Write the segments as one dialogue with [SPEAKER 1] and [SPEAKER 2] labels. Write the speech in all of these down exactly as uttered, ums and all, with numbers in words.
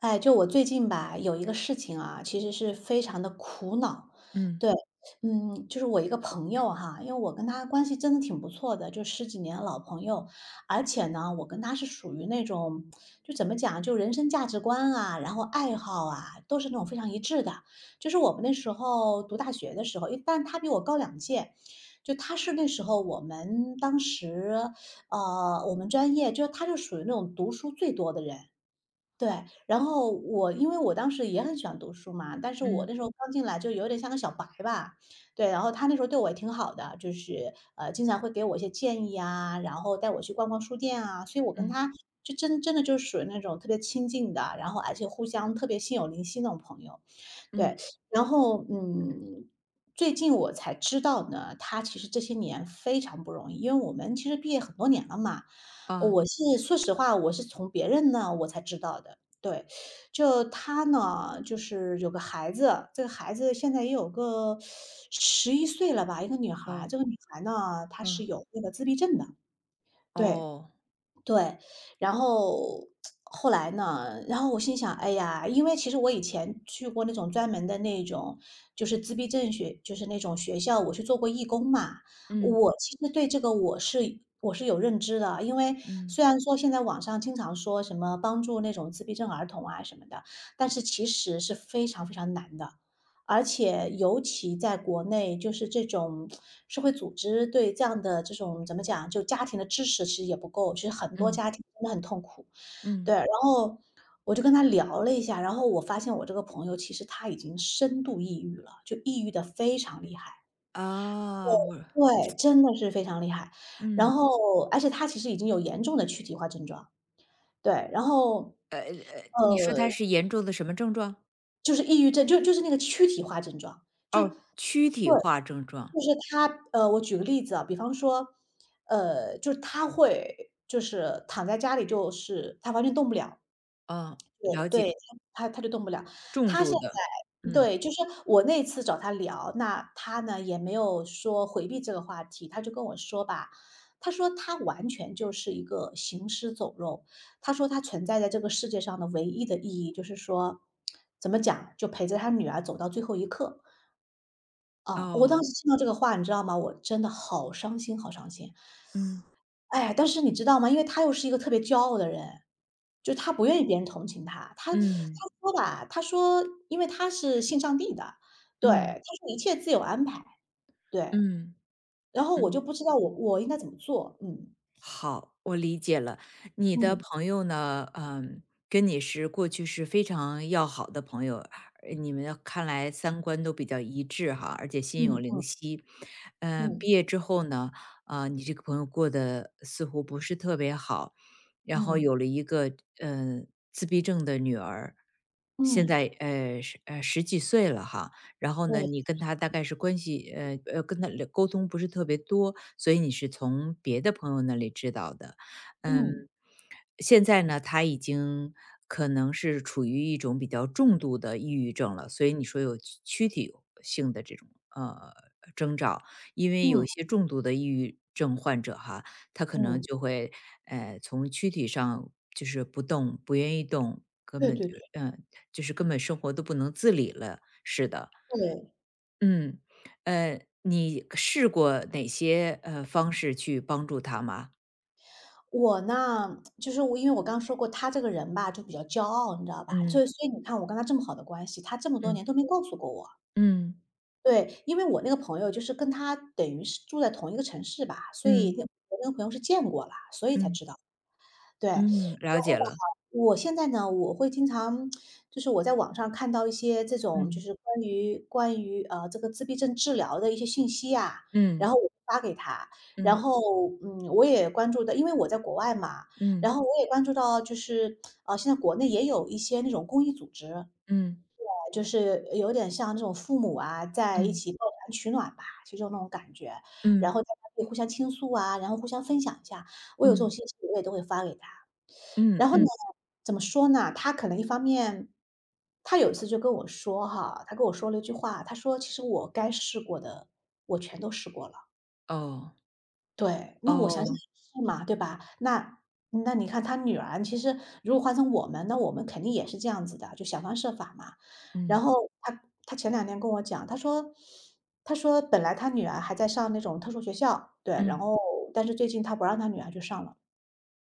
[SPEAKER 1] 哎，就我最近吧，有一个事情啊，其实是非常的苦恼。
[SPEAKER 2] 嗯
[SPEAKER 1] 对，嗯，就是我一个朋友哈，因为我跟他关系真的挺不错的，就十几年的老朋友，而且呢，我跟他是属于那种，就怎么讲，就人生价值观啊，然后爱好啊，都是那种非常一致的。就是我们那时候读大学的时候，因为但他比我高两届，就他是那时候我们当时，呃，我们专业就他就属于那种读书最多的人。对，然后我因为我当时也很喜欢读书嘛，但是我
[SPEAKER 2] 嗯
[SPEAKER 1] 那时候刚进来就有点像个小白吧，对，然后他那时候对我也挺好的，就是呃经常会给我一些建议啊，然后带我去逛逛书店啊，所以我跟
[SPEAKER 2] 嗯
[SPEAKER 1] 他就真真的就属于那种特别亲近的，然后而且互相特别心有灵犀那种朋友。对，
[SPEAKER 2] 嗯，
[SPEAKER 1] 然后，嗯，最近我才知道呢，他其实这些年非常不容易，因为我们其实毕业很多年了嘛。
[SPEAKER 2] 啊，
[SPEAKER 1] 我是说实话，我是从别人那我才知道的。对，就他呢，就是有个孩子，这个孩子现在也有个十一岁了吧，一个女孩儿啊
[SPEAKER 2] 哦，
[SPEAKER 1] 这个女孩呢，她是
[SPEAKER 2] 嗯。
[SPEAKER 1] 有那个自闭症的，对。
[SPEAKER 2] 哦。
[SPEAKER 1] 对，然后后来呢，然后我心想，哎呀，因为其实我以前去过那种专门的那种，就是自闭症学，就是那种学校，我去做过义工嘛。
[SPEAKER 2] 嗯
[SPEAKER 1] 我其实对这个我是我是有认知的，因为虽
[SPEAKER 2] 嗯
[SPEAKER 1] 然说现在网上经常说什么帮助那种自闭症儿童啊什么的，但是其实是非常非常难的。而且尤其在国内，就是这种社会组织对这样的这种怎么讲，就家庭的支持其实也不够，其实很多
[SPEAKER 2] 嗯
[SPEAKER 1] 家庭真的很痛苦。对，
[SPEAKER 2] 嗯。
[SPEAKER 1] 然后我就跟他聊了一下，然后我发现我这个朋友其实他已经深度抑郁了，就抑郁的非常厉害。
[SPEAKER 2] 啊，我
[SPEAKER 1] 对，真的是非常厉害。然
[SPEAKER 2] 嗯。
[SPEAKER 1] 后而且他其实已经有严重的躯体化症状，对，然后，
[SPEAKER 2] 你说它
[SPEAKER 1] 呃，
[SPEAKER 2] 是严重的什么症状？
[SPEAKER 1] 就是抑郁症，就就是那个躯体化症状，就对。
[SPEAKER 2] 哦，躯体化症状。
[SPEAKER 1] 就是他呃，我举个例子啊，比方说，呃，就是他会就是躺在家里，就是他完全动不了，
[SPEAKER 2] 哦，
[SPEAKER 1] 对
[SPEAKER 2] 了解。
[SPEAKER 1] 对，他他就动不了。
[SPEAKER 2] 重
[SPEAKER 1] 他现
[SPEAKER 2] 度的。
[SPEAKER 1] 在
[SPEAKER 2] 嗯，
[SPEAKER 1] 对，就是我那次找他聊，那他呢也没有说回避这个话题，他就跟我说吧，他说他完全就是一个行尸走肉，他说他存在在这个世界上的唯一的意义就是说，怎么讲，就陪着他女儿走到最后一刻。啊，我当
[SPEAKER 2] 哦。
[SPEAKER 1] 时听到这个话，你知道吗？我真的好伤心，好伤心。
[SPEAKER 2] 嗯
[SPEAKER 1] 哎，但是你知道吗？因为他又是一个特别骄傲的人，就他不愿意别人同情他。他他
[SPEAKER 2] 嗯
[SPEAKER 1] 说吧，他说因为他是信上帝的，对，
[SPEAKER 2] 嗯
[SPEAKER 1] 他说一切自有安排，对。
[SPEAKER 2] 嗯
[SPEAKER 1] 然后我
[SPEAKER 2] 嗯。
[SPEAKER 1] 就不知道我我应该怎么做，嗯，
[SPEAKER 2] 好，我理解了。你的
[SPEAKER 1] 嗯，
[SPEAKER 2] 朋友呢，嗯，跟你是过去是非常要好的朋友。呃你们看来三观都比较一致哈，而且心有灵
[SPEAKER 1] 嗯，
[SPEAKER 2] 犀。呃，
[SPEAKER 1] 嗯，
[SPEAKER 2] 毕业之后呢，啊、你这个朋友过得似乎不是特别好，然后
[SPEAKER 1] 嗯，
[SPEAKER 2] 有了一个嗯自闭症的女儿，现
[SPEAKER 1] 嗯，
[SPEAKER 2] 在呃十呃十几岁了哈。然后呢，
[SPEAKER 1] 对，
[SPEAKER 2] 你跟他大概是关系，呃呃，跟他聊沟通不是特别多，所以你是从别的朋友那里知道的。嗯，
[SPEAKER 1] 嗯，
[SPEAKER 2] 现在呢，他已经可能是处于一种比较重度的抑郁症了，所以你说有躯躯体性的这种呃征兆。因为有
[SPEAKER 1] 嗯，
[SPEAKER 2] 一些重度的抑郁症患者哈，他可能
[SPEAKER 1] 嗯，
[SPEAKER 2] 就会呃从躯体上就是不动，不愿意动，根
[SPEAKER 1] 对
[SPEAKER 2] 本
[SPEAKER 1] 对
[SPEAKER 2] 就
[SPEAKER 1] 对，
[SPEAKER 2] 嗯、呃就是根本生活都不能自理了，是的。
[SPEAKER 1] 对。
[SPEAKER 2] 嗯，呃，你试过哪些呃方式去帮助他吗？
[SPEAKER 1] 我呢，就是我因为我刚刚说过他这个人吧，就比较骄傲，你知道吧？所
[SPEAKER 2] 嗯
[SPEAKER 1] 以，所以你看我跟他这么好的关系，他这么多
[SPEAKER 2] 嗯
[SPEAKER 1] 年都没告诉过我。
[SPEAKER 2] 嗯
[SPEAKER 1] 对，因为我那个朋友就是跟他等于是住在同一个城市吧，所以
[SPEAKER 2] 嗯
[SPEAKER 1] 那我那个朋友是见过了，所以才
[SPEAKER 2] 嗯
[SPEAKER 1] 知道。对，然
[SPEAKER 2] 嗯，了
[SPEAKER 1] 后
[SPEAKER 2] 解
[SPEAKER 1] 吧，
[SPEAKER 2] 了。
[SPEAKER 1] 我现在呢，我会经常就是我在网上看到一些这种就
[SPEAKER 2] 嗯
[SPEAKER 1] 是关于关于，呃，这个自闭症治疗的一些信息啊，然
[SPEAKER 2] 嗯
[SPEAKER 1] 后我发给他。然
[SPEAKER 2] 嗯
[SPEAKER 1] 后，嗯，我也关注到因为我在国外嘛，然
[SPEAKER 2] 嗯
[SPEAKER 1] 后我也关注到就是，呃，现在国内也有一些那种公益组织。
[SPEAKER 2] 嗯
[SPEAKER 1] 对，就是有点像那种父母啊，在一
[SPEAKER 2] 嗯
[SPEAKER 1] 起抱团取暖吧，其实就那种感觉。然
[SPEAKER 2] 嗯
[SPEAKER 1] 后大家可以互相倾诉啊，然后互相分享一下，我有这
[SPEAKER 2] 嗯
[SPEAKER 1] 种信息我也都会发给他。
[SPEAKER 2] 嗯
[SPEAKER 1] 然后呢，
[SPEAKER 2] 嗯，
[SPEAKER 1] 怎么说呢？他可能一方面他有一次就跟我说哈，他跟我说了一句话，他说："其实我该试过的，我全都试过了。"
[SPEAKER 2] 哦
[SPEAKER 1] 对，那我想想也
[SPEAKER 2] 哦，
[SPEAKER 1] 是嘛，对吧？那那你看他女儿啊，其实如果换成我们，那我们肯定也是这样子的，就想方设法嘛。然
[SPEAKER 2] 嗯
[SPEAKER 1] 后他他前两天跟我讲，他说他说本来他女儿还在上那种特殊学校，对，然
[SPEAKER 2] 嗯
[SPEAKER 1] 后但是最近他不让他女儿去上了。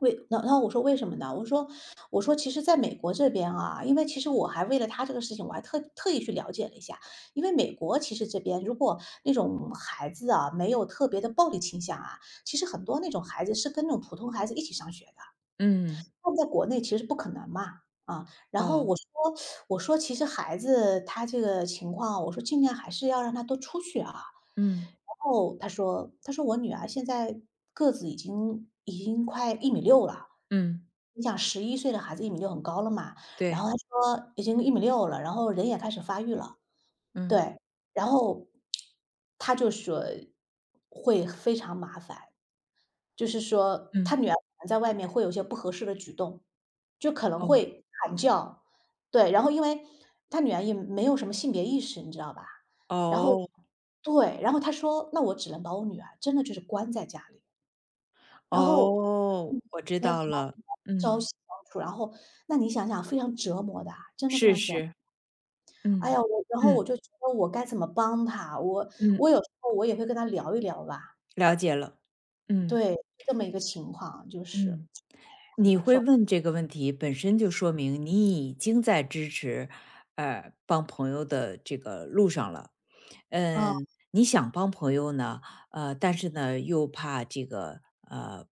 [SPEAKER 1] 为那那我说："为什么呢？"我说我说：“其实在美国这边啊，因为其实我还为了他这个事情，我还特特意去了解了一下。因为美国其实这边如果那种孩子啊，没有特别的暴力倾向啊，其实很多那种孩子是跟那种普通孩子一起上学的。
[SPEAKER 2] 嗯
[SPEAKER 1] 放在国内其实不可能嘛，啊，然后
[SPEAKER 2] 哦
[SPEAKER 1] 我说我说：“其实孩子他这个情况，我说尽量还是要让他多出去啊。"
[SPEAKER 2] 嗯
[SPEAKER 1] 然后他说他说：“我女儿现在个子已经已经快一米六了。"
[SPEAKER 2] 嗯，
[SPEAKER 1] 你想十一岁的孩子一米六很高了嘛，然后
[SPEAKER 2] 对，
[SPEAKER 1] 他说已经一米六了，然后人也开始发育了，
[SPEAKER 2] 嗯
[SPEAKER 1] 对，然后他就说会非常麻烦。就是说他
[SPEAKER 2] 嗯
[SPEAKER 1] 女儿可能在外面会有一些不合适的举动，就可能
[SPEAKER 2] 哦
[SPEAKER 1] 会喊叫，对，然后因为他女儿也没有什么性别意识，你知道吧？然后
[SPEAKER 2] 哦
[SPEAKER 1] 对，然后他说："那我只能把我女儿真的就是关在家里。"然后
[SPEAKER 2] 哦，
[SPEAKER 1] 每
[SPEAKER 2] 我知
[SPEAKER 1] 天和
[SPEAKER 2] 道
[SPEAKER 1] 他
[SPEAKER 2] 了。
[SPEAKER 1] 女儿朝夕
[SPEAKER 2] 嗯，
[SPEAKER 1] 相处，然后那你想想非常折磨的啊，真的非
[SPEAKER 2] 试
[SPEAKER 1] 常折磨。
[SPEAKER 2] 试。
[SPEAKER 1] 哎
[SPEAKER 2] 嗯
[SPEAKER 1] 呀，我然后
[SPEAKER 2] 嗯
[SPEAKER 1] 我就觉得我该怎么帮他，我我
[SPEAKER 2] 嗯。
[SPEAKER 1] 有时候我也会跟他聊一聊吧，
[SPEAKER 2] 了解了。嗯
[SPEAKER 1] 对，就这么一个情况就是，
[SPEAKER 2] 嗯。你会问这个问题，本身就说明你已经在支持，呃，帮朋友的这个路上了。
[SPEAKER 1] 嗯，
[SPEAKER 2] 嗯，你想帮朋友呢，呃，但是呢，又怕这个呃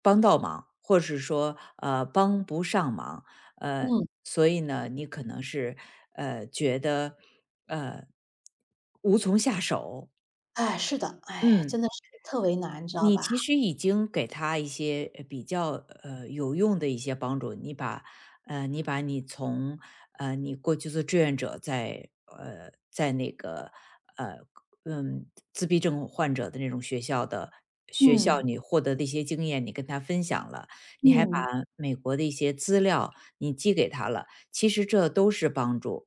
[SPEAKER 2] 帮到忙，或是说呃帮不上忙。呃，
[SPEAKER 1] 嗯。
[SPEAKER 2] 所以呢，你可能是呃觉得呃无从下手。
[SPEAKER 1] 哎，是的，哎，真
[SPEAKER 2] 嗯，
[SPEAKER 1] 的是特为难，你知道
[SPEAKER 2] 你
[SPEAKER 1] 吧？
[SPEAKER 2] 其实已经给他一些呃比较呃有用的一些帮助。你把呃你把你从呃你过去做志愿者在呃在那个呃嗯自闭症患者的那种学校的学校
[SPEAKER 1] 嗯，
[SPEAKER 2] 你获得的一些经验，你跟他分享了。你还把
[SPEAKER 1] 嗯，
[SPEAKER 2] 美国的一些资料你寄给他了，其实这都是帮助，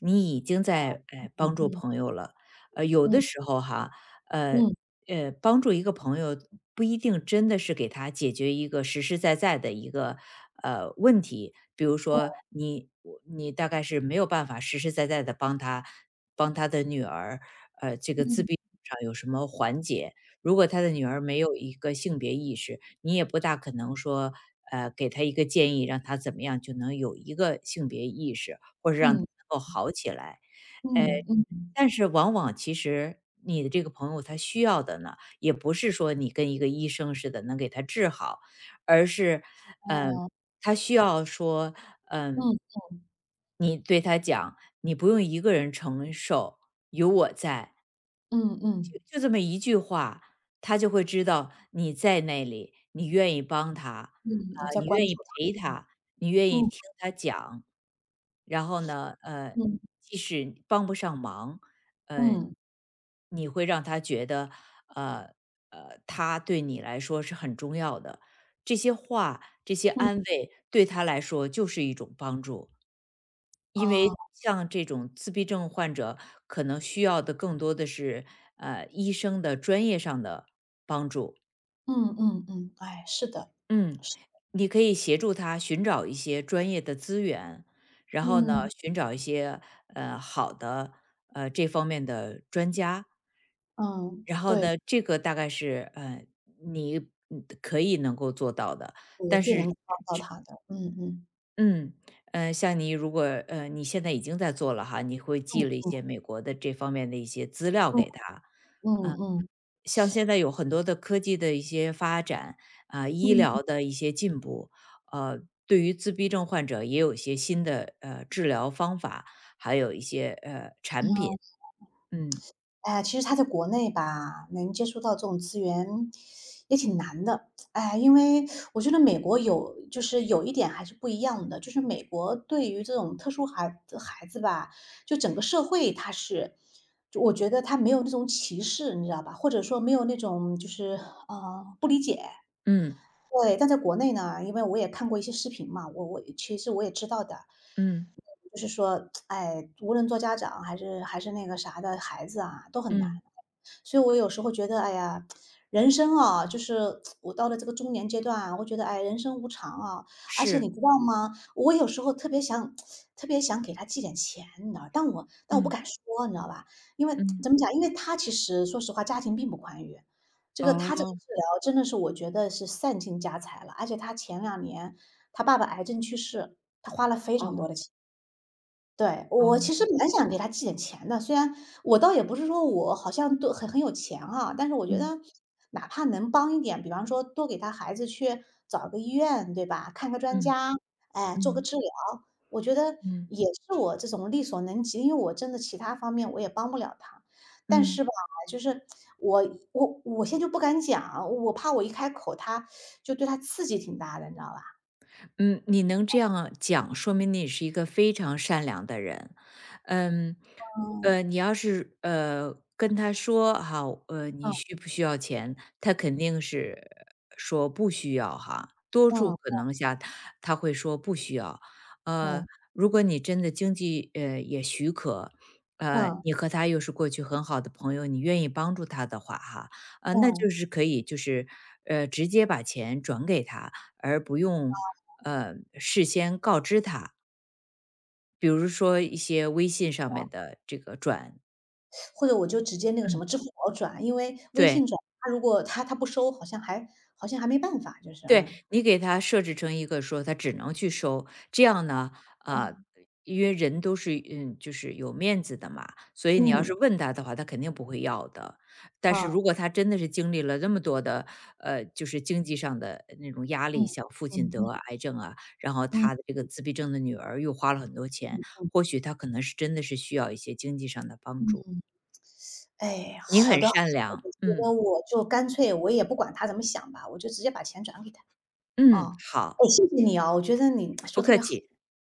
[SPEAKER 2] 你已经在哎
[SPEAKER 1] 嗯
[SPEAKER 2] 帮助
[SPEAKER 1] 嗯
[SPEAKER 2] 朋友了，呃有的
[SPEAKER 1] 嗯
[SPEAKER 2] 时候哈。呃，
[SPEAKER 1] 嗯
[SPEAKER 2] 呃，帮助一个朋友不一定真的是给他解决一个实实在在的一个呃问题。比如说你我你大概是没有办法实实在在的帮他帮他的女儿，呃，这个自
[SPEAKER 1] 嗯
[SPEAKER 2] 闭上有什么缓解？如果他的女儿没有一个性别意识，你也不大可能说呃给他一个建议，让他怎么样就能有一个性别意识，或者让他
[SPEAKER 1] 嗯
[SPEAKER 2] 能够好起来。
[SPEAKER 1] 嗯嗯，
[SPEAKER 2] 但是往往其实你的这个朋友他需要的呢，也不是说你跟一个医生似的能给他治好，而是，嗯，
[SPEAKER 1] 哦，
[SPEAKER 2] 他需要说，嗯、
[SPEAKER 1] 嗯
[SPEAKER 2] 你对他讲，你不用一个人承受，有我在。
[SPEAKER 1] 嗯嗯
[SPEAKER 2] 就就这么一句话，他就会知道你在那里，你愿意帮他，
[SPEAKER 1] 嗯，
[SPEAKER 2] 啊，
[SPEAKER 1] 我在
[SPEAKER 2] 你
[SPEAKER 1] 关
[SPEAKER 2] 愿意
[SPEAKER 1] 注他。
[SPEAKER 2] 陪他，你愿意听
[SPEAKER 1] 嗯
[SPEAKER 2] 他讲。然后呢，呃，
[SPEAKER 1] 嗯
[SPEAKER 2] 你即使帮不上忙，呃，
[SPEAKER 1] 嗯
[SPEAKER 2] 你会让他觉得，呃呃，他对你来说是很重要的。这些话、这些
[SPEAKER 1] 嗯，
[SPEAKER 2] 安慰对他来说就是一种帮助。因为
[SPEAKER 1] 啊，
[SPEAKER 2] 像这种自闭症患者，可能需要的更多的是，呃，医生的专业上的帮助。
[SPEAKER 1] 嗯嗯嗯，哎，是的，
[SPEAKER 2] 嗯，
[SPEAKER 1] 是，
[SPEAKER 2] 你可以协助他寻找一些专业的资源，然后呢，
[SPEAKER 1] 嗯
[SPEAKER 2] 寻找一些呃好的呃这方面的专家。
[SPEAKER 1] 嗯，
[SPEAKER 2] 然后
[SPEAKER 1] 对，
[SPEAKER 2] 呢，这个大概是呃你嗯可以能够做到的，
[SPEAKER 1] 我
[SPEAKER 2] 但
[SPEAKER 1] 最能
[SPEAKER 2] 是
[SPEAKER 1] 抓到他的，嗯嗯
[SPEAKER 2] 嗯，呃，像你如果呃，你现在已经在做了哈，你会寄了
[SPEAKER 1] 嗯
[SPEAKER 2] 一些美国的这方面的一些资料
[SPEAKER 1] 嗯
[SPEAKER 2] 给他。
[SPEAKER 1] 嗯嗯
[SPEAKER 2] 像现在有很多的科技的一些发展啊、医
[SPEAKER 1] 嗯，
[SPEAKER 2] 疗的一些进步，呃，对于自闭症患者也有一些新的呃治疗方法，还有一些呃产品。
[SPEAKER 1] 嗯
[SPEAKER 2] 嗯
[SPEAKER 1] 哎呀，其实他在国内吧，能接触到这种资源也挺难的。哎，因为我觉得美国有就是有一点还是不一样的，就是美国对于这种特殊孩孩子吧，就整个社会他是就我觉得他没有那种歧视，你知道吧？或者说没有那种就是，呃，不理解。
[SPEAKER 2] 嗯
[SPEAKER 1] 对，但在国内呢，因为我也看过一些视频嘛，我我其实我也知道的，
[SPEAKER 2] 嗯
[SPEAKER 1] 就是说，哎，无论做家长还是还是那个啥的孩子啊，都很难。
[SPEAKER 2] 嗯，
[SPEAKER 1] 所以我有时候觉得，哎呀，人生啊，就是我到了这个中年阶段啊，我觉得，哎，人生无常啊。而且
[SPEAKER 2] 是，
[SPEAKER 1] 你知道吗？我有时候特别想特别想给他寄点钱，你知道，但我但我不
[SPEAKER 2] 嗯
[SPEAKER 1] 敢说，你知道吧？因为
[SPEAKER 2] 嗯，
[SPEAKER 1] 怎么讲？因为他其实说实话，家庭并不宽裕。这个他这个
[SPEAKER 2] 哦
[SPEAKER 1] 治疗真的是我觉得是散尽家财了，而且他前两年他爸爸癌症去世，他花了非常多
[SPEAKER 2] 哦
[SPEAKER 1] 的钱。对，
[SPEAKER 2] 哦，
[SPEAKER 1] 我其实蛮想给他寄点钱的，虽然我倒也不是说我好像都很很有钱啊，但是我觉
[SPEAKER 2] 嗯
[SPEAKER 1] 得哪怕能帮一点，比方说多给他孩子去找个医院，对吧？看个专
[SPEAKER 2] 嗯
[SPEAKER 1] 家，哎，做个
[SPEAKER 2] 嗯
[SPEAKER 1] 治疗，我觉得
[SPEAKER 2] 嗯
[SPEAKER 1] 也是我这种力所能及，因为我真的其他方面我也帮不了他。但
[SPEAKER 2] 嗯。
[SPEAKER 1] 是吧，就是我我我现在就不敢讲，我怕我一开口，他就对他刺激挺大的，你知道吧？
[SPEAKER 2] 嗯，你能这样讲，说明你是一个非常善良的人。嗯，
[SPEAKER 1] 嗯
[SPEAKER 2] 呃，你要是呃跟他说哈，呃，你
[SPEAKER 1] 嗯
[SPEAKER 2] 需不需要钱？他肯定是说不需要哈，多数
[SPEAKER 1] 嗯
[SPEAKER 2] 可能下他会说不需要。呃，
[SPEAKER 1] 嗯
[SPEAKER 2] 如果你真的经济呃也许可，呃，
[SPEAKER 1] 嗯
[SPEAKER 2] 你和他又是过去很好的朋友，你愿意帮助他的话哈，呃，那
[SPEAKER 1] 嗯。
[SPEAKER 2] 就是可以就是呃直接把钱转给他，而不用呃事先告知他，比如说一些微信上面的这个转。
[SPEAKER 1] 或者我就直接那个什
[SPEAKER 2] 嗯，
[SPEAKER 1] 么支付宝转，因为微
[SPEAKER 2] 对，
[SPEAKER 1] 信转，他如果他他不收，好像还好像还没办法，就是，
[SPEAKER 2] 对，
[SPEAKER 1] 嗯，
[SPEAKER 2] 你给他设置成一个说他只能去收，这样呢，啊，
[SPEAKER 1] 嗯，
[SPEAKER 2] 因为人都是嗯，就是有面子的嘛，所以你要
[SPEAKER 1] 嗯，
[SPEAKER 2] 是问他的话，他肯定不会要的。但是如
[SPEAKER 1] 啊，
[SPEAKER 2] 果他真的是经历了那么多的，呃，就是经济上的呃那种压
[SPEAKER 1] 嗯，
[SPEAKER 2] 力，像父亲
[SPEAKER 1] 嗯
[SPEAKER 2] 得
[SPEAKER 1] 嗯
[SPEAKER 2] 癌症啊，然后
[SPEAKER 1] 嗯
[SPEAKER 2] 他的这个自闭症的女儿又花了很多钱，或许他可能是真的是需要一些经济上的帮助。
[SPEAKER 1] 嗯，哎，
[SPEAKER 2] 你
[SPEAKER 1] 好
[SPEAKER 2] 很
[SPEAKER 1] 的，
[SPEAKER 2] 善良，
[SPEAKER 1] 我觉得
[SPEAKER 2] 嗯
[SPEAKER 1] 我就干脆我也不管他怎么想吧，我就直接把钱转给他，
[SPEAKER 2] 嗯，
[SPEAKER 1] 啊。哎，
[SPEAKER 2] 好。
[SPEAKER 1] 谢谢你啊，我觉得你
[SPEAKER 2] 不
[SPEAKER 1] 说得特
[SPEAKER 2] 客
[SPEAKER 1] 别好。
[SPEAKER 2] 气。